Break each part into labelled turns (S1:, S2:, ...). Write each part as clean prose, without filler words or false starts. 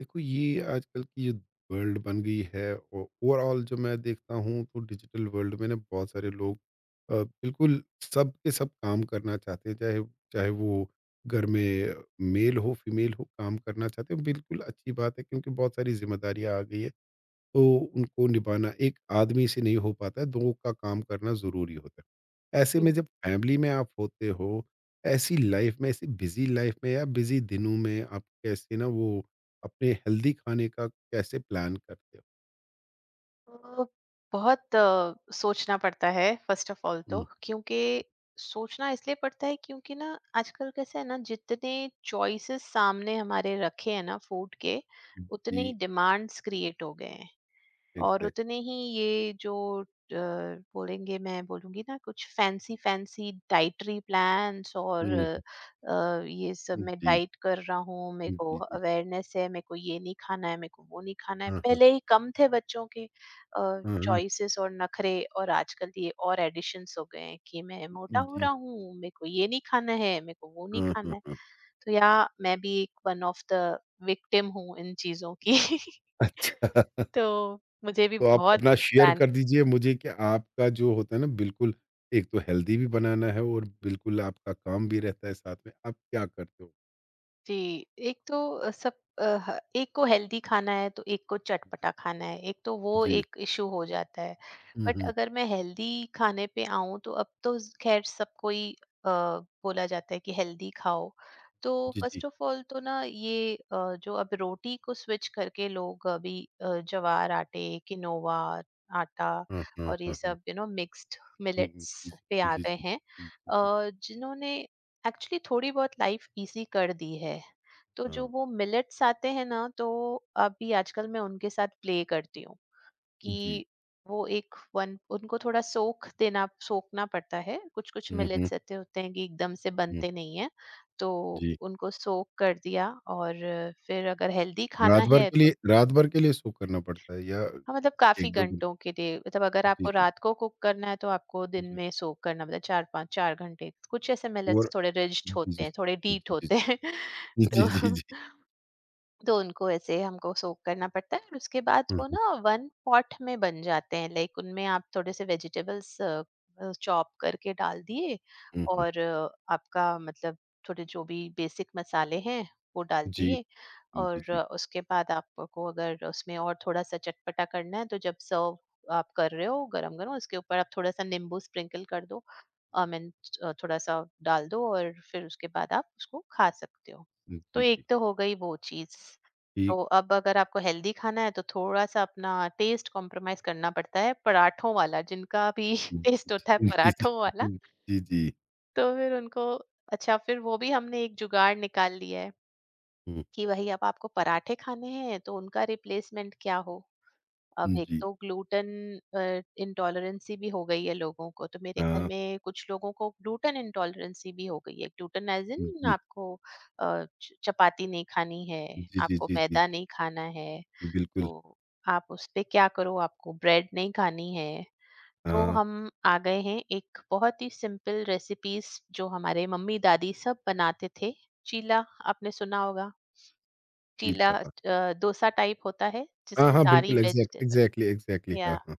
S1: देखो, ये आजकल की ये वर्ल्ड बन गई है। और ओवरऑल जो मैं देखता हूँ तो डिजिटल वर्ल्ड में ना बहुत सारे लोग बिल्कुल सब के सब काम करना चाहते हैं। चाहे चाहे वो घर में मेल हो फीमेल हो, काम करना चाहते हैं। बिल्कुल अच्छी बात है, क्योंकि बहुत सारी जिम्मेदारियां आ गई है। तो उनको निभाना एक आदमी से नहीं हो पाता है, 2 का काम करना ज़रूरी होता है। ऐसे में
S2: बिल-
S1: जब फैमिली में आप होते हो, ऐसी लाइफ में, ऐसी बिज़ी लाइफ में या बिज़ी दिनों में आप कैसे ना वो अपने हेल्दी खाने का कैसे प्लान करते हो?
S2: अ, बहुत सोचना पड़ता है फर्स्ट ऑफ ऑल। तो
S1: हुँ,
S2: क्योंकि सोचना इसलिए पड़ता है क्योंकि ना आजकल कैसे है ना, जितने चॉइसेस सामने हमारे रखे हैं ना फूड के, उतने ही
S1: जी,
S2: डिमांड्स क्रिएट हो गए हैं। और
S1: एग्ज़ैक्ट।
S2: उतने ही ये जो अ, बोलेंगे, मैं बोलूँगी ना, कुछ फैंसी फैंसी डाइटरी प्लान्स और
S1: हुँ,
S2: ये सब
S1: हुँ,
S2: मैं
S1: जी,
S2: डाइट कर रहा हूँ, मेरे
S1: जी,
S2: को
S1: जी।
S2: अवेयरनेस है, मेरे को ये नहीं खाना है, मेरे को वो नहीं खाना है।
S1: हाँ, हाँ।
S2: पहले ही कम थे बच्चों के
S1: हाँ, हाँ।
S2: चॉइसेस और नखरे, और आजकल ये और एडिशंस हो गए हैं कि मैं मोटा हो
S1: जी।
S2: रहा हूँ, मेरे को ये नहीं खाना है, मेरे को वो नहीं
S1: हाँ, हाँ,
S2: खाना है।
S1: हाँ।
S2: तो या मैं भी एक वन ऑफ द विक्टिम हूँ इन चीज़ों की।
S1: अच्छा।
S2: तो मुझे भी
S1: तो आप
S2: बहुत
S1: अपना
S2: कुछ
S1: शेयर
S2: प्लान।
S1: कर दीजिए मुझे कि आपका जो होता है ना, बिल्कुल एक तो हेल्दी भी बनाना है और बिल्कुल आपका काम भी रहता है साथ में। आप क्या करते हो?
S2: जी, एक तो अ, सब अ, ह एक को हेल्दी खाना है, तो एक को चटपटा खाना है, एक तो वो
S1: जी।
S2: एक इश्यू हो जाता है।
S1: हुँ,
S2: बट
S1: हुँ।
S2: अगर मैं हेल्दी खाने पे आऊँ, तो अब तो ज़ खैर सबको ही अ, बोला जाता है कि हेल्दी खाओ। तो
S1: जी, जी।
S2: फर्स्ट ऑफ ऑल तो ना ये जो अब रोटी को स्विच करके लोग अभी जवार आटे, किनोवा, आटा
S1: हाँ, हाँ,
S2: और ये
S1: हाँ, हाँ।
S2: सब यू नो मिक्स्ड
S1: हुँ, हुँ।
S2: मिलेट्स
S1: जी,
S2: पे आ
S1: जी,
S2: गए
S1: जी।
S2: हैं।
S1: हुँ, जी, जी।
S2: जिन्होंने एक्चुअली थोड़ी बहुत लाइफ इजी कर दी है। तो जो
S1: हाँ।
S2: वो मिलेट्स आते हैं ना, तो अभी आजकल मैं उनके साथ प्ले करती हूँ
S1: जी।
S2: कि वो एक वन उनको थोड़ा सोखना पड़ता है। कुछ कुछ
S1: हुँ, हुँ,
S2: मिलेट्स ऐसे होते हैं कि एकदम से
S1: हुँ।
S2: बनते नहीं है, तो
S1: जी।
S2: उनको सोख कर दिया। और फिर अगर हेल्दी
S1: रात
S2: खाना
S1: भर
S2: है
S1: के
S2: तो
S1: लिए रात भर के लिए सो करना पड़ता है या
S2: हाँ, मतलब काफ़ी
S1: 1-2 घंटे?
S2: घंटों के लिए, मतलब अगर
S1: जी,
S2: आपको
S1: जी,
S2: रात को कुक करना है तो आपको दिन
S1: जी।
S2: में सोक करना, मतलब 4-5 4 घंटे। कुछ ऐसे मिलेट्स
S1: और
S2: थोड़े रिज्ड
S1: जी,
S2: होते
S1: जी।
S2: हैं, थोड़े
S1: जी,
S2: डीट
S1: जी।
S2: होते हैं।
S1: जी, जी,
S2: तो
S1: जी, जी।
S2: तो उनको ऐसे हमको सोक करना पड़ता है और उसके बाद
S1: हुँ,
S2: वो
S1: हुँ।
S2: ना वन पॉट में बन जाते हैं। लाइक उनमें आप थोड़े से वेजिटेबल्स चॉप करके डाल दिए
S1: हुँ, हुँ।
S2: और आपका मतलब थोड़े जो भी बेसिक मसाले हैं वो डाल
S1: जी।
S2: दिए।
S1: जी,
S2: और
S1: जी।
S2: उसके बाद आपको अगर उसमें और थोड़ा सा चटपटा करना है तो जब सर्व आप कर रहे हो गरम गरम, उसके ऊपर आप थोड़ा सा नींबू स्प्रिंकल कर दो, आई मीन थोड़ा सा डाल दो, और फिर उसके बाद आप उसको खा सकते हो। तो
S1: जी,
S2: एक
S1: जी।
S2: तो हो गई वो चीज़।
S1: ठीक।
S2: तो अब अगर आपको हेल्दी खाना है तो थोड़ा-सा अपना टेस्ट कॉम्प्रोमाइज़ करना पड़ता है। पराठों वाला जिनका भी टेस्ट होता है
S1: जी, जी।
S2: पराठों वाला,
S1: हुँ। जी, जी।
S2: तो फिर उनको अच्छा, फिर वो भी हमने एक जुगाड़ निकाल लिया है,
S1: हुँ,
S2: कि वही अब आपको पराठे खाने हैं तो उनका रिप्लेसमेंट क्या हो? अब एक
S1: जी।
S2: तो ग्लूटेन इंटॉलरेंसी भी हो गई है लोगों को, तो मेरे घर
S1: हाँ।
S2: में कुछ लोगों को ग्लूटेन इंटॉलरेंसी भी हो गई है। ग्लूटेन एज इन
S1: जी।
S2: आपको चपाती नहीं खानी है,
S1: जी, जी,
S2: आपको
S1: जी, जी,
S2: मैदा
S1: जी।
S2: नहीं खाना है।
S1: बिल्कुल।
S2: तो आप उस पे क्या करो, आपको ब्रेड नहीं खानी है, तो
S1: हाँ,
S2: हम आ गए हैं एक बहुत ही सिंपल रेसिपीज जो हमारे मम्मी दादी सब बनाते थे। चीला, आपने सुना होगा चीला,
S1: किला।
S2: डोसा टाइप होता है
S1: हाँ,
S2: जिसमें
S1: हाँ,
S2: सारी
S1: बिल्कुल एग्ज़ैक्ट
S2: वेजिटेबल,
S1: एग्ज़ैक्टली, एग्ज़ैक्टली। हाँ,
S2: या
S1: हाँ।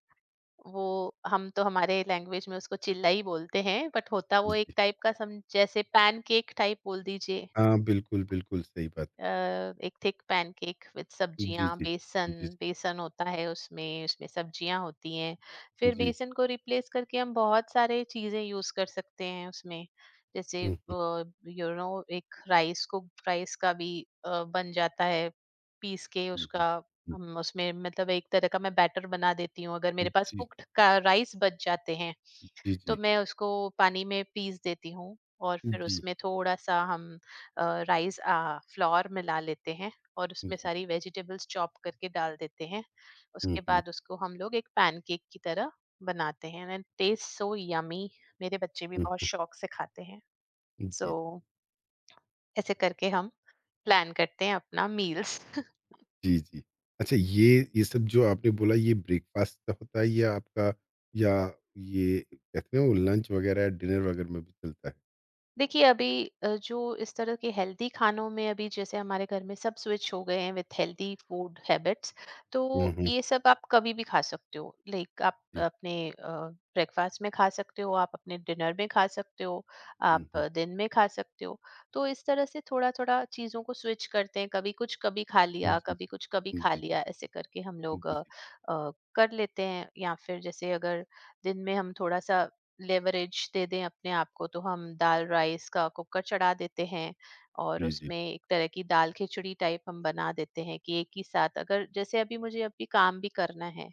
S2: वो हम तो हमारे लैंग्वेज में उसको चिल्ला ही बोलते हैं। बट होता
S1: जी,
S2: वो एक
S1: जी।
S2: टाइप का सम जैसे पैनकेक टाइप बोल दीजिए,
S1: हाँ, बिल्कुल, बिल्कुल सही बात।
S2: एक थिक पैनकेक विद
S1: जी,
S2: सब्जियां।
S1: जी।
S2: बेसन
S1: जी,
S2: बेसन होता है उसमें, उसमें सब्जियां होती हैं। फिर
S1: जी।
S2: बेसन को रिप्लेस करके हम बहुत सारे चीजें यूज कर सकते हैं उसमें। जैसे
S1: हुँ, हुँ,
S2: यू नो एक राइस को, राइस का भी बन जाता है पीस के
S1: हुँ, हुँ।
S2: उसका।
S1: हुँ,
S2: हम उसमें मतलब एक तरह का मैं बैटर बना देती हूँ अगर मेरे
S1: हुँ।
S2: पास
S1: जी,
S2: कुक्ड का राइस बच जाते हैं,
S1: जी,
S2: तो
S1: जी।
S2: मैं उसको पानी में पीस देती हूँ, और फिर
S1: जी,
S2: उसमें थोड़ा सा हम राइस फ्लोर मिला लेते हैं, और उसमें
S1: जी।
S2: सारी वेजिटेबल्स चॉप करके डाल देते हैं।
S1: हुँ,
S2: उसके
S1: हुँ,
S2: बाद उसको हम लोग एक पैनकेक की तरह बनाते हैं, एंड टेस्ट सो यमी, मेरे बच्चे भी
S1: हुँ,
S2: बहुत
S1: हुँ।
S2: शौक से खाते हैं। सो
S1: जी,
S2: ऐसे करके हम प्लान करते हैं अपना मील्स।
S1: जी, जी। अच्छा, ये सब जो आपने बोला, ये ब्रेकफ़ास्ट का होता है या आपका, या ये कहते हैं वो लंच वग़ैरह डिनर वग़ैरह में भी चलता है?
S2: देखिए अभी जो इस तरह के हेल्दी खानों में अभी जैसे हमारे घर में सब स्विच हो गए हैं विथ हेल्दी फूड हैबिट्स, तो
S1: हुँ, हुँ।
S2: ये सब आप कभी भी खा सकते हो। लाइक आप
S1: जी।
S2: अपने ब्रेकफास्ट में खा सकते हो, आप अपने डिनर में खा सकते हो,
S1: हुँ,
S2: आप
S1: हुँ।
S2: दिन में खा सकते हो। तो इस तरह से थोड़ा थोड़ा चीज़ों को स्विच करते हैं। कभी कुछ कभी खा
S1: जी,
S2: लिया,
S1: जी।
S2: कभी कुछ कभी
S1: जी,
S2: खा
S1: जी।
S2: लिया, ऐसे करके हम लोग
S1: जी, जी।
S2: कर लेते हैं। या फिर जैसे अगर दिन में हम थोड़ा सा लेवरेज दे दें अपने आप को, तो हम दाल राइस का कुकर चढ़ा देते हैं, और
S1: जी, जी।
S2: उसमें एक तरह की दाल खिचड़ी टाइप हम बना देते हैं। कि एक ही साथ अगर जैसे अभी मुझे अभी काम भी करना है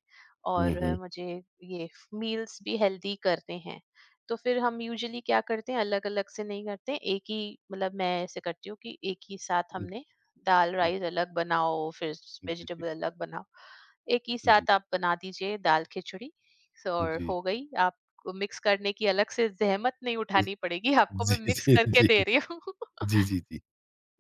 S1: हुँ,
S2: और
S1: हुँ।
S2: मुझे ये मील्स भी हेल्दी करने हैं, तो फिर हम यूजुअली क्या करते हैं, अलग अलग से नहीं करते हैं, एक ही मतलब, मैं ऐसे करती हूँ कि एक ही साथ
S1: जी,
S2: हमने दाल राइस अलग बनाओ, फिर
S1: जी, जी, जी।
S2: वेजिटेबल अलग बनाओ, एक ही
S1: जी।
S2: साथ आप बना दीजिए दाल खिचड़ी। सो
S1: जी,
S2: और
S1: जी,
S2: हो गई। आप मिक्स करने की अलग से ज़हमत नहीं उठानी पड़ेगी, आपको
S1: जी।
S2: मैं मिक्स करके दे रही हूँ।
S1: जी, जी, जी।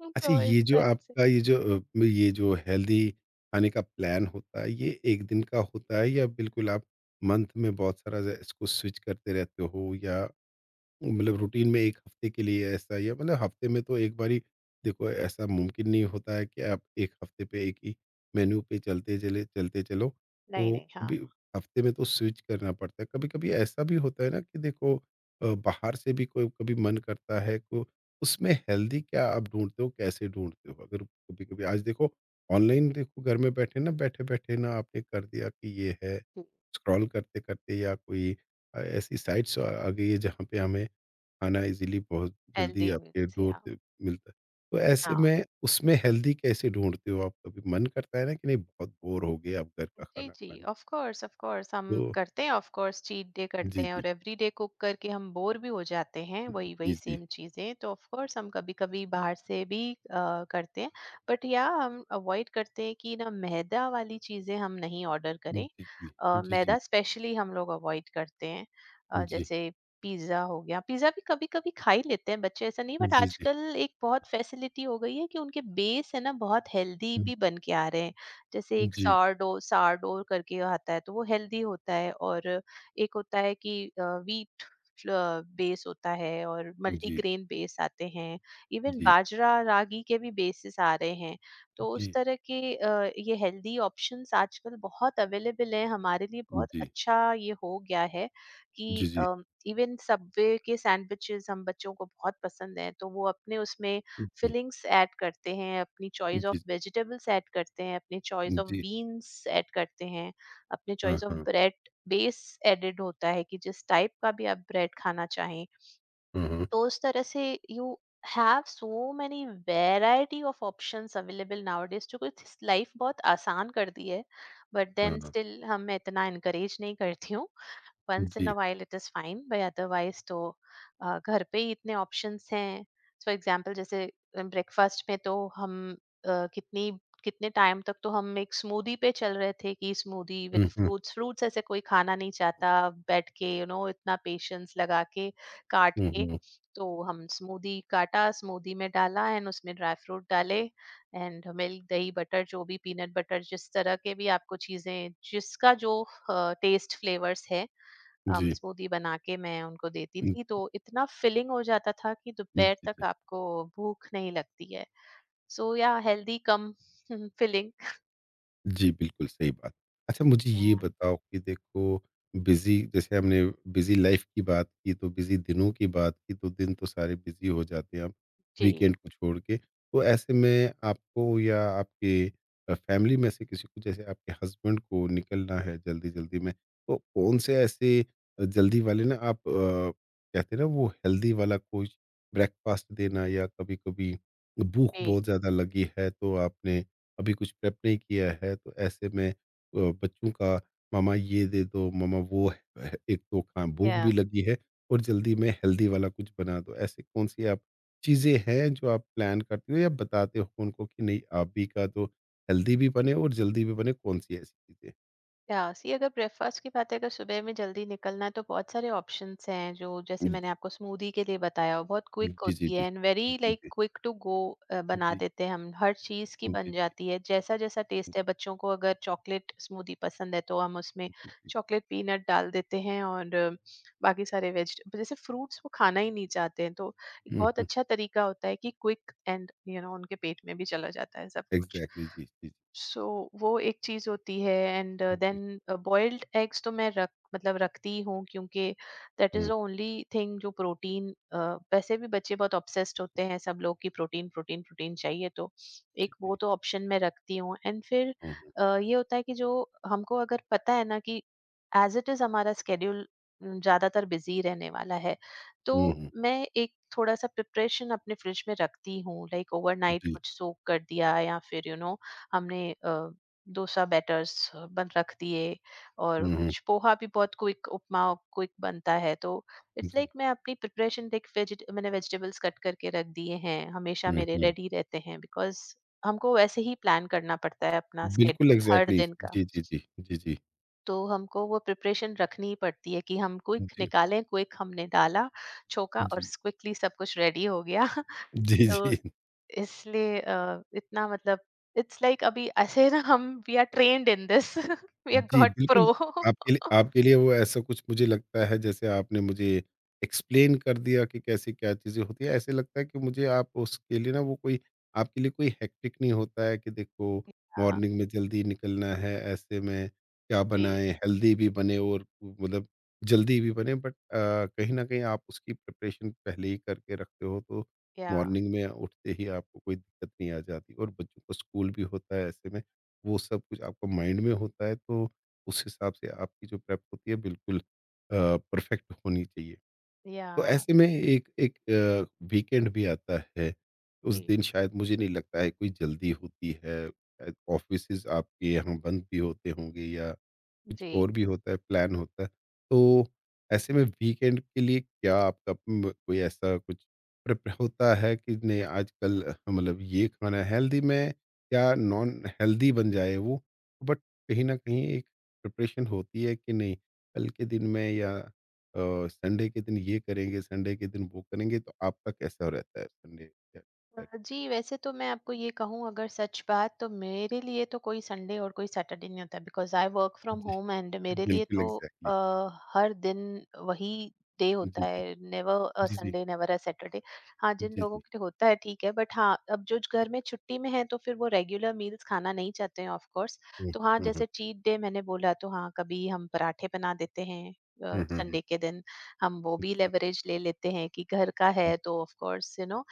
S1: अच्छा,
S2: तो इस
S1: ये जो
S2: तरह से।
S1: आपका ये जो ये जो हेल्दी खाने का प्लान होता है, ये 1 दिन का होता है या बिल्कुल आप मंथ में बहुत सारा ज़ इसको स्विच करते रहते हो, या मतलब रूटीन में 1 हफ्ते के लिए ऐसा, या मतलब हफ्ते में तो एक बारी। देखो, ऐसा मुमकिन नहीं होता है कि आप 1 हफ्ते पे एक ही मेन्यू पे चलते चलो।
S2: नहीं,
S1: तो
S2: नहीं, हाँ।
S1: कभी हफ्ते में तो स्विच करना पड़ता है। कभी-कभी ऐसा भी होता है ना कि देखो, बाहर से भी कोई कभी मन करता है, तो उसमें हेल्दी क्या आप ढूँढते हो, कैसे ढूँढते हो? अगर कभी-कभी आज देखो, ऑनलाइन देखो, घर में बैठे ना, बैठे-बैठे ना आपने कर दिया कि ये है,
S2: हुँ।
S1: स्क्रॉल करते-करते या कोई ऐसी साइट्स आ आ गई है जहाँ पे हमें खाना इज़ीली बहुत जल्दी
S2: हेल्दी
S1: आपके
S2: मील्स
S1: डोर
S2: या
S1: पे मिलता है। तो ऐसे
S2: हाँ।
S1: में उसमें हेल्दी कैसे ढूँढते हो आप? कभी मन करता है ना कि नहीं, बहुत बोर हो गए अब घर का
S2: जी,
S1: खाना
S2: जी,
S1: खाने।
S2: ऑफ़ कोर्स हम
S1: तो
S2: करते हैं, ऑफ़ कोर्स चीट डे करते
S1: जी,
S2: हैं।
S1: जी।
S2: और एवरीडे कुक करके हम बोर भी हो जाते हैं,
S1: जी,
S2: वही-वही
S1: जी।
S2: सेम चीज़ें, तो ऑफ़ कोर्स हम कभी-कभी बाहर से भी करते हैं। बट या हम अवॉइड करते हैं कि ना मैदा वाली चीज़ें हम नहीं ऑर्डर करें।
S1: जी, जी। जी, जी।
S2: मैदा स्पेशली हम लोग अवॉइड करते हैं।
S1: जी।
S2: जैसे पिज़्ज़ा हो गया, पिज़्ज़ा भी कभी-कभी खा ही लेते हैं बच्चे, ऐसा नहीं। बट
S1: जी, जी।
S2: आजकल एक बहुत फैसिलिटी हो गई है कि उनके बेस है ना बहुत हेल्दी
S1: हुँ,
S2: भी बन के आ रहे हैं। जैसे एक
S1: जी।
S2: सारडो सारडो करके आता है, तो वो हेल्दी होता है। और एक होता है कि वीट बेस होता है, और
S1: जी, जी,
S2: मल्टीग्रेन बेस आते हैं,
S1: जी,
S2: इवन
S1: जी,
S2: बाजरा रागी के भी बेसिस आ रहे हैं। तो उस
S1: जी,
S2: तरह के ये हेल्दी ऑप्शंस आजकल बहुत अवेलेबल है हमारे लिए, बहुत अच्छा ये हो गया है
S1: जी,
S2: कि
S1: जी,
S2: इवन सबवे के सैंडविचेस हम बच्चों को बहुत पसंद है, तो वो अपने उसमें फिलिंग्स ऐड करते हैं, अपनी चॉइस ऑफ वेजिटेबल्स ऐड करते हैं, अपनी
S1: जी,
S2: चॉइस ऑफ
S1: जी।
S2: बीन्स ऐड करते हैं, अपने
S1: हाँ,
S2: चॉइस ऑफ
S1: हाँ।
S2: ब्रेड बेस एडेड होता है कि जिस टाइप का भी आप ब्रेड खाना चाहें।
S1: हाँ, हाँ।
S2: तो उस तरह से you have so many variety of options available nowadays, जो कुछ लाइफ बहुत आसान कर दी है। बट
S1: हाँ,
S2: देन
S1: हाँ।
S2: स्टिल हम मैं इतना इनकरेज नहीं करती हूँ, वंस इन
S1: जी।
S2: A while it is fine by, otherwise तो घर पे ही इतने ऑप्शंस हैं। फॉर एग्जांपल जैसे ब्रेकफास्ट में तो हम अ, कितनी कितने टाइम तक तो हम एक स्मूदी पे चल रहे थे, कि स्मूदी विद
S1: हुँ, हुँ।
S2: फ्रूट्स। फ्रूट्स ऐसे कोई खाना नहीं चाहता बैठ के, यू you नो know, इतना पेशेंस लगा के काट
S1: हुँ,
S2: के।
S1: हुँ।
S2: तो हम स्मूदी, काटा स्मूदी में डाला, एंड उसमें ड्राई फ्रूट डाले, एंड मिल्क, दही, बटर जो भी, पीनट बटर, जिस तरह के भी आपको चीजें, जिसका जो टेस्ट फ्लेवर्स है,
S1: जी।
S2: स्मूदी बना के मैं उनको देती
S1: हुँ,
S2: थी, तो इतना फिलिंग हो जाता था कि
S1: हुँ,
S2: दोपहर
S1: जी, जी।
S2: तक आपको भूख नहीं लगती है। सो या हेल्दी कम फिलिंग।
S1: जी, बिल्कुल सही बात। अच्छा, मुझे ये बताओ कि देखो, बिज़ी, जैसे हमने बिज़ी लाइफ़ की बात की, तो बिज़ी दिनों की बात की, तो दिन तो सारे बिज़ी हो जाते हैं आप,
S2: जी,
S1: वीकेंड को छोड़ के। तो ऐसे में आपको या आपके फैमिली में से किसी को, जैसे आपके हस्बैंड को निकलना है जल्दी-जल्दी में, तो कौन से ऐसे जल्दी वाले ना आप कहते हैं ना वो हेल्दी वाला कुछ ब्रेकफ़ास्ट देना, या कभी-कभी भूख बहुत ज़्यादा लगी है, तो आपने अभी कुछ प्रेप नहीं किया है, तो ऐसे में बच्चों का मामा ये दे दो, मामा वो है, एक तो खा,
S2: जी।
S1: भूख भी लगी है और जल्दी में हेल्दी वाला कुछ बना दो, ऐसे कौन सी आप चीज़ें हैं जो आप प्लान करते हो या बताते हो उनको कि नहीं आप भी का तो हेल्दी भी बने और जल्दी भी बने, कौन सी ऐसी चीज़ें?
S2: या सी, अगर ब्रेकफास्ट की बात है, अगर सुबह में जल्दी निकलना है, तो बहुत सारे ऑप्शंस हैं। जो जैसे मैंने आपको स्मूदी के लिए बताया, वो बहुत
S1: जी
S2: क्विक
S1: जी जी
S2: होती
S1: जी
S2: है एंड वेरी लाइक
S1: जी
S2: क्विक टू गो। बना
S1: जी
S2: देते हैं हम, हर चीज़ की
S1: जी
S2: बन
S1: जी
S2: जाती है, जैसा जैसा टेस्ट है बच्चों को। अगर चॉकलेट स्मूदी पसंद है तो हम उसमें
S1: जी।
S2: चॉकलेट पीनट डाल देते हैं, और बाकी सारे वेज जैसे फ्रूट्स, वो खाना ही नहीं चाहते हैं, तो एक बहुत
S1: हम्म,
S2: अच्छा तरीका होता है कि क्विक एंड यू नो उनके पेट में भी चला जाता है सब कुछ।
S1: एग्जैक्टली जी जी।
S2: सो वो एक चीज होती है। एंड
S1: जी जी।
S2: देन बॉइल्ड एग्स तो मैं रख मतलब रखती ही हूँ, क्योंकि that is the
S1: hmm.
S2: Only thing जो प्रोटीन। वैसे भी बच्चे बहुत ऑब्सेस्ड होते हैं सब लोग की प्रोटीन प्रोटीन प्रोटीन चाहिए, तो
S1: जी
S2: एक वो
S1: जी।
S2: तो ऑप्शन मैं रखती हूँ। एंड फिर
S1: हम्म।
S2: ये होता है कि जो हमको अगर पता है ना कि एज इट इज हमारा स्केड्यूल ज्यादातर बिजी रहने वाला है, तो
S1: हम्म।
S2: मैं एक थोड़ा सा प्रिपरेशन अपने फ्रिज में रखती हूँ। लाइक ओवरनाइट
S1: जी।
S2: कुछ सोक कर दिया, या फिर यू you नो know, हमने डोसा बैटर्स बन रख दिए। और
S1: हम्म।
S2: कुछ पोहा भी बहुत क्विक, उपमा क्विक बनता है। तो इट्स
S1: जी।
S2: लाइक मैं अपनी प्रिपरेशन, लाइक वेजिट मैंने वेजिटेबल्स कट करके रख दिए हैं, हमेशा मेरे
S1: हम्म।
S2: रेडी रहते हैं, बिकॉज हमको वैसे ही प्लान करना पड़ता है अपना
S1: बिल्कुल
S2: स्केड्यूल हर
S1: एग्ज़ैक्टली
S2: दिन का।
S1: जी, जी, जी। जी, जी।
S2: तो हमको वो प्रिपरेशन रखनी ही पड़ती है कि हम क्विक
S1: जी।
S2: निकालें, क्विक हमने डाला छोका, और क्विकली सब कुछ रेडी हो गया।
S1: जी,
S2: तो
S1: जी।
S2: इसलिए इतना मतलब, इट्स लाइक अभी ऐसे ना, हम we are trained in this, we are
S1: जी,
S2: गॉट
S1: बिल्कुल,
S2: प्रो।
S1: आपके लिए, आपके लिए वो ऐसा कुछ, मुझे लगता है जैसे आपने मुझे एक्सप्लेन कर दिया कि कैसे क्या चीज़ें होती हैं, ऐसे लगता है कि मुझे आप उसके लिए ना वो कोई, आपके लिए कोई हेक्टिक नहीं होता है कि देखो,
S2: या,
S1: मॉर्निंग में जल्दी निकलना है, ऐसे में क्या
S2: जी,
S1: बनाएँ, हेल्दी भी बने और मतलब जल्दी भी बने, बट कहीं न कहीं आप उसकी प्रिपरेशन पहले ही करके रखते हो, तो
S2: या
S1: मॉर्निंग में उठते ही आपको कोई दिक्कत नहीं आ जाती। और बच्चों को स्कूल भी होता है, ऐसे में वो सब कुछ आपका माइंड में होता है, तो उस हिसाब से आपकी जो प्रेप होती है बिल्कुल परफेक्ट होनी चाहिए।
S2: या,
S1: तो ऐसे में एक एक वीकेंड भी आता है, उस
S2: जी,
S1: दिन शायद मुझे नहीं लगता है कोई जल्दी होती है, शायद ऑफिस आपके यहाँ बंद भी होते होंगे, या कुछ
S2: जी।
S1: और भी होता है, प्लान होता है। तो ऐसे में वीकेंड के लिए क्या आपका कोई ऐसा कुछ प्रिप होता है कि नहीं, आजकल मतलब ये खाना है हेल्दी में या नॉन हेल्दी बन जाए वो, बट कहीं न कहीं एक प्रिपरेशन होती है कि नहीं कल के दिन में, या संडे के दिन ये करेंगे, संडे के दिन वो करेंगे, तो आपका कैसा रहता है संडे या सैट?
S2: जी, वैसे तो मैं आपको ये कहूँ अगर सच बात, तो मेरे लिए तो कोई संडे और कोई सैटरडे नहीं होता, बिकॉज़ आई वर्क फ्रॉम
S1: जी,
S2: होम। एंड मेरे लिए
S1: बिल्कुल
S2: तो अ,
S1: एग्ज़ैक्टली।
S2: हर दिन वही डे
S1: जी,
S2: होता
S1: जी।
S2: है, नेवर अ
S1: जी, जी।
S2: Sunday, never a Saturday. हाँ, जिन
S1: जी,
S2: लोगों
S1: जी।
S2: के लिए होता है ठीक है, बट हाँ, अब जो घर में छुट्टी में हैं तो फिर वो रेगुलर मील्स खाना नहीं चाहते हैं ऑफ कोर्स।
S1: हुँ,
S2: तो हाँ,
S1: हुँ, हुँ।
S2: जैसे चीट डे मैंने बोला, तो हाँ, कभी हम पराठे बना देते हैं
S1: हुँ, हुँ, हुँ।
S2: संडे के दिन। हम वो भी
S1: जी।
S2: लेवरेज ले लेते हैं कि घर का है तो ऑफ कोर्स यू नो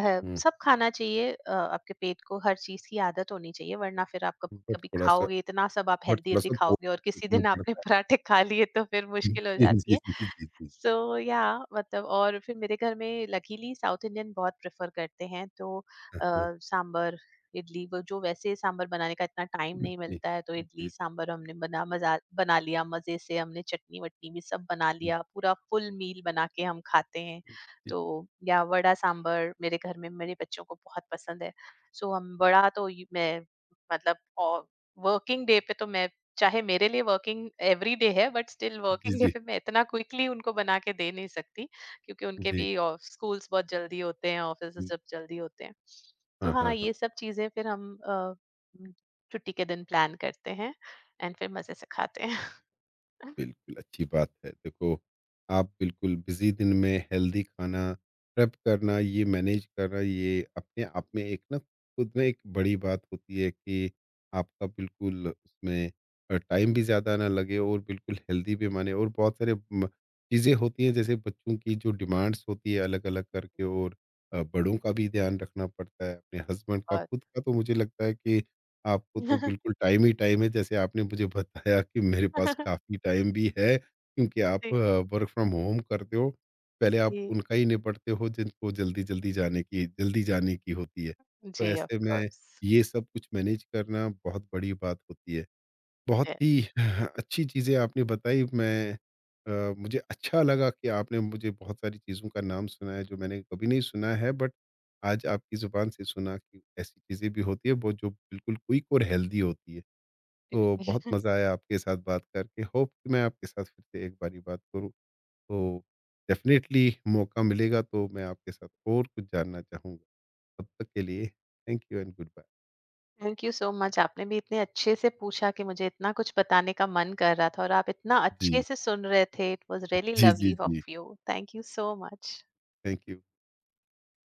S2: है,
S1: हुँ,
S2: सब खाना चाहिए। आपके पेट को हर चीज की आदत होनी चाहिए, वरना फिर आप कभी
S1: बट
S2: कभी
S1: थोड़ा-सा
S2: खाओगे इतना सब, आप
S1: बट
S2: हेल्दी हेल्दी
S1: थोड़ा-सा
S2: खाओगे और
S1: पोज़
S2: किसी
S1: देखना
S2: दिन आपने
S1: पड़ता है।
S2: पराठे खा लिए तो फिर मुश्किल हो
S1: जी, जी,
S2: जाती है।
S1: जी, जी, जी।
S2: सो या मतलब, और फिर मेरे घर में लकीली साउथ इंडियन बहुत प्रेफर करते हैं, तो
S1: हाँ,
S2: अ,
S1: हाँ।
S2: सांबर इडली, वो जो वैसे सांबर बनाने का इतना टाइम
S1: जी,
S2: नहीं
S1: जी,
S2: मिलता है, तो इडली सांबर हमने बना लिया, मजे से हमने चटनी वटनी भी सब बना लिया, पूरा फुल मील बना के हम खाते हैं।
S1: जी,
S2: तो या वड़ा सांबर मेरे घर में मेरे बच्चों को बहुत पसंद है। सो हम वड़ा तो यू- मैं मतलब वर्किंग डे पे तो मैं, चाहे मेरे लिए वर्किंग एवरी डे है, बट स्टिल
S1: जी,
S2: वर्किंग डे
S1: जी,
S2: पे मैं इतना क्विकली उनको बना के दे नहीं सकती, क्योंकि उनके
S1: जी।
S2: भी स्कूल्स बहुत जल्दी होते हैं, ऑफिस
S1: हुँ,
S2: सब जल्दी होते हैं। तो
S1: हाँ,
S2: हाँ,
S1: हाँ।
S2: ये सब चीजें फिर हम म, छुट्टी के दिन प्लान करते हैं एंड फिर मजे से खाते हैं।
S1: बिल्कुल, अच्छी बात है। देखो, आप बिल्कुल बिज़ी दिन में हेल्दी खाना, प्रेप करना, ये मैनेज करना, ये अपने आप में एक ना खुद में एक बड़ी बात होती है कि आपका बिल्कुल उसमें टाइम भी ज़्यादा ना लगे और बिल्कुल हेल्दी भी माने। और बहुत सारे म चीज़ें होती हैं, जैसे बच्चों की जो डिमांड्स होती है अलग-अलग करके, और बड़ों का भी ध्यान रखना पड़ता है, अपने हस्बैंड का,
S2: बहुत
S1: खुद का। तो मुझे लगता है कि आपको तो बिल्कुल टाइम ही टाइम है, जैसे आपने मुझे बताया कि मेरे पास काफ़ी टाइम भी है, क्योंकि आप
S2: जी,
S1: वर्क फ्रॉम होम करते हो। पहले आप
S2: जी,
S1: उनका ही निपटते हो जिनको जल्दी-जल्दी जाने की, जल्दी जाने की होती है। तो
S2: जी, ऑफ
S1: ऐसे में
S2: कोर्स।
S1: ये सब कुछ मैनेज करना बहुत बड़ी बात होती है। बहुत ही अच्छी चीज़ें आपने बताई। मुझे अच्छा लगा कि आपने मुझे बहुत सारी चीज़ों का नाम सुनाया जो मैंने कभी नहीं सुना है, बट आज आपकी ज़ुबान से सुना कि ऐसी चीज़ें भी होती है, वो जो बिल्कुल क्विक और हेल्दी होती है। तो बहुत मज़ा आया आपके साथ बात करके। होप कि मैं आपके साथ फिर से एक बारी बात करूँ। तो डेफ़िनेटली मौका मिलेगा तो मैं आपके साथ और कुछ जानना चाहूँगा। तब तक के लिए thank you and goodbye.
S2: Thank you so much. आपने भी इतने अच्छे से पूछा कि मुझे इतना कुछ बताने का मन कर रहा था, और आप इतना
S1: जी।
S2: अच्छे से सुन रहे थे। इट वाज़ रियली
S1: जी, जी,
S2: लवली
S1: जी।
S2: Of you. Thank you so much.
S1: Thank you.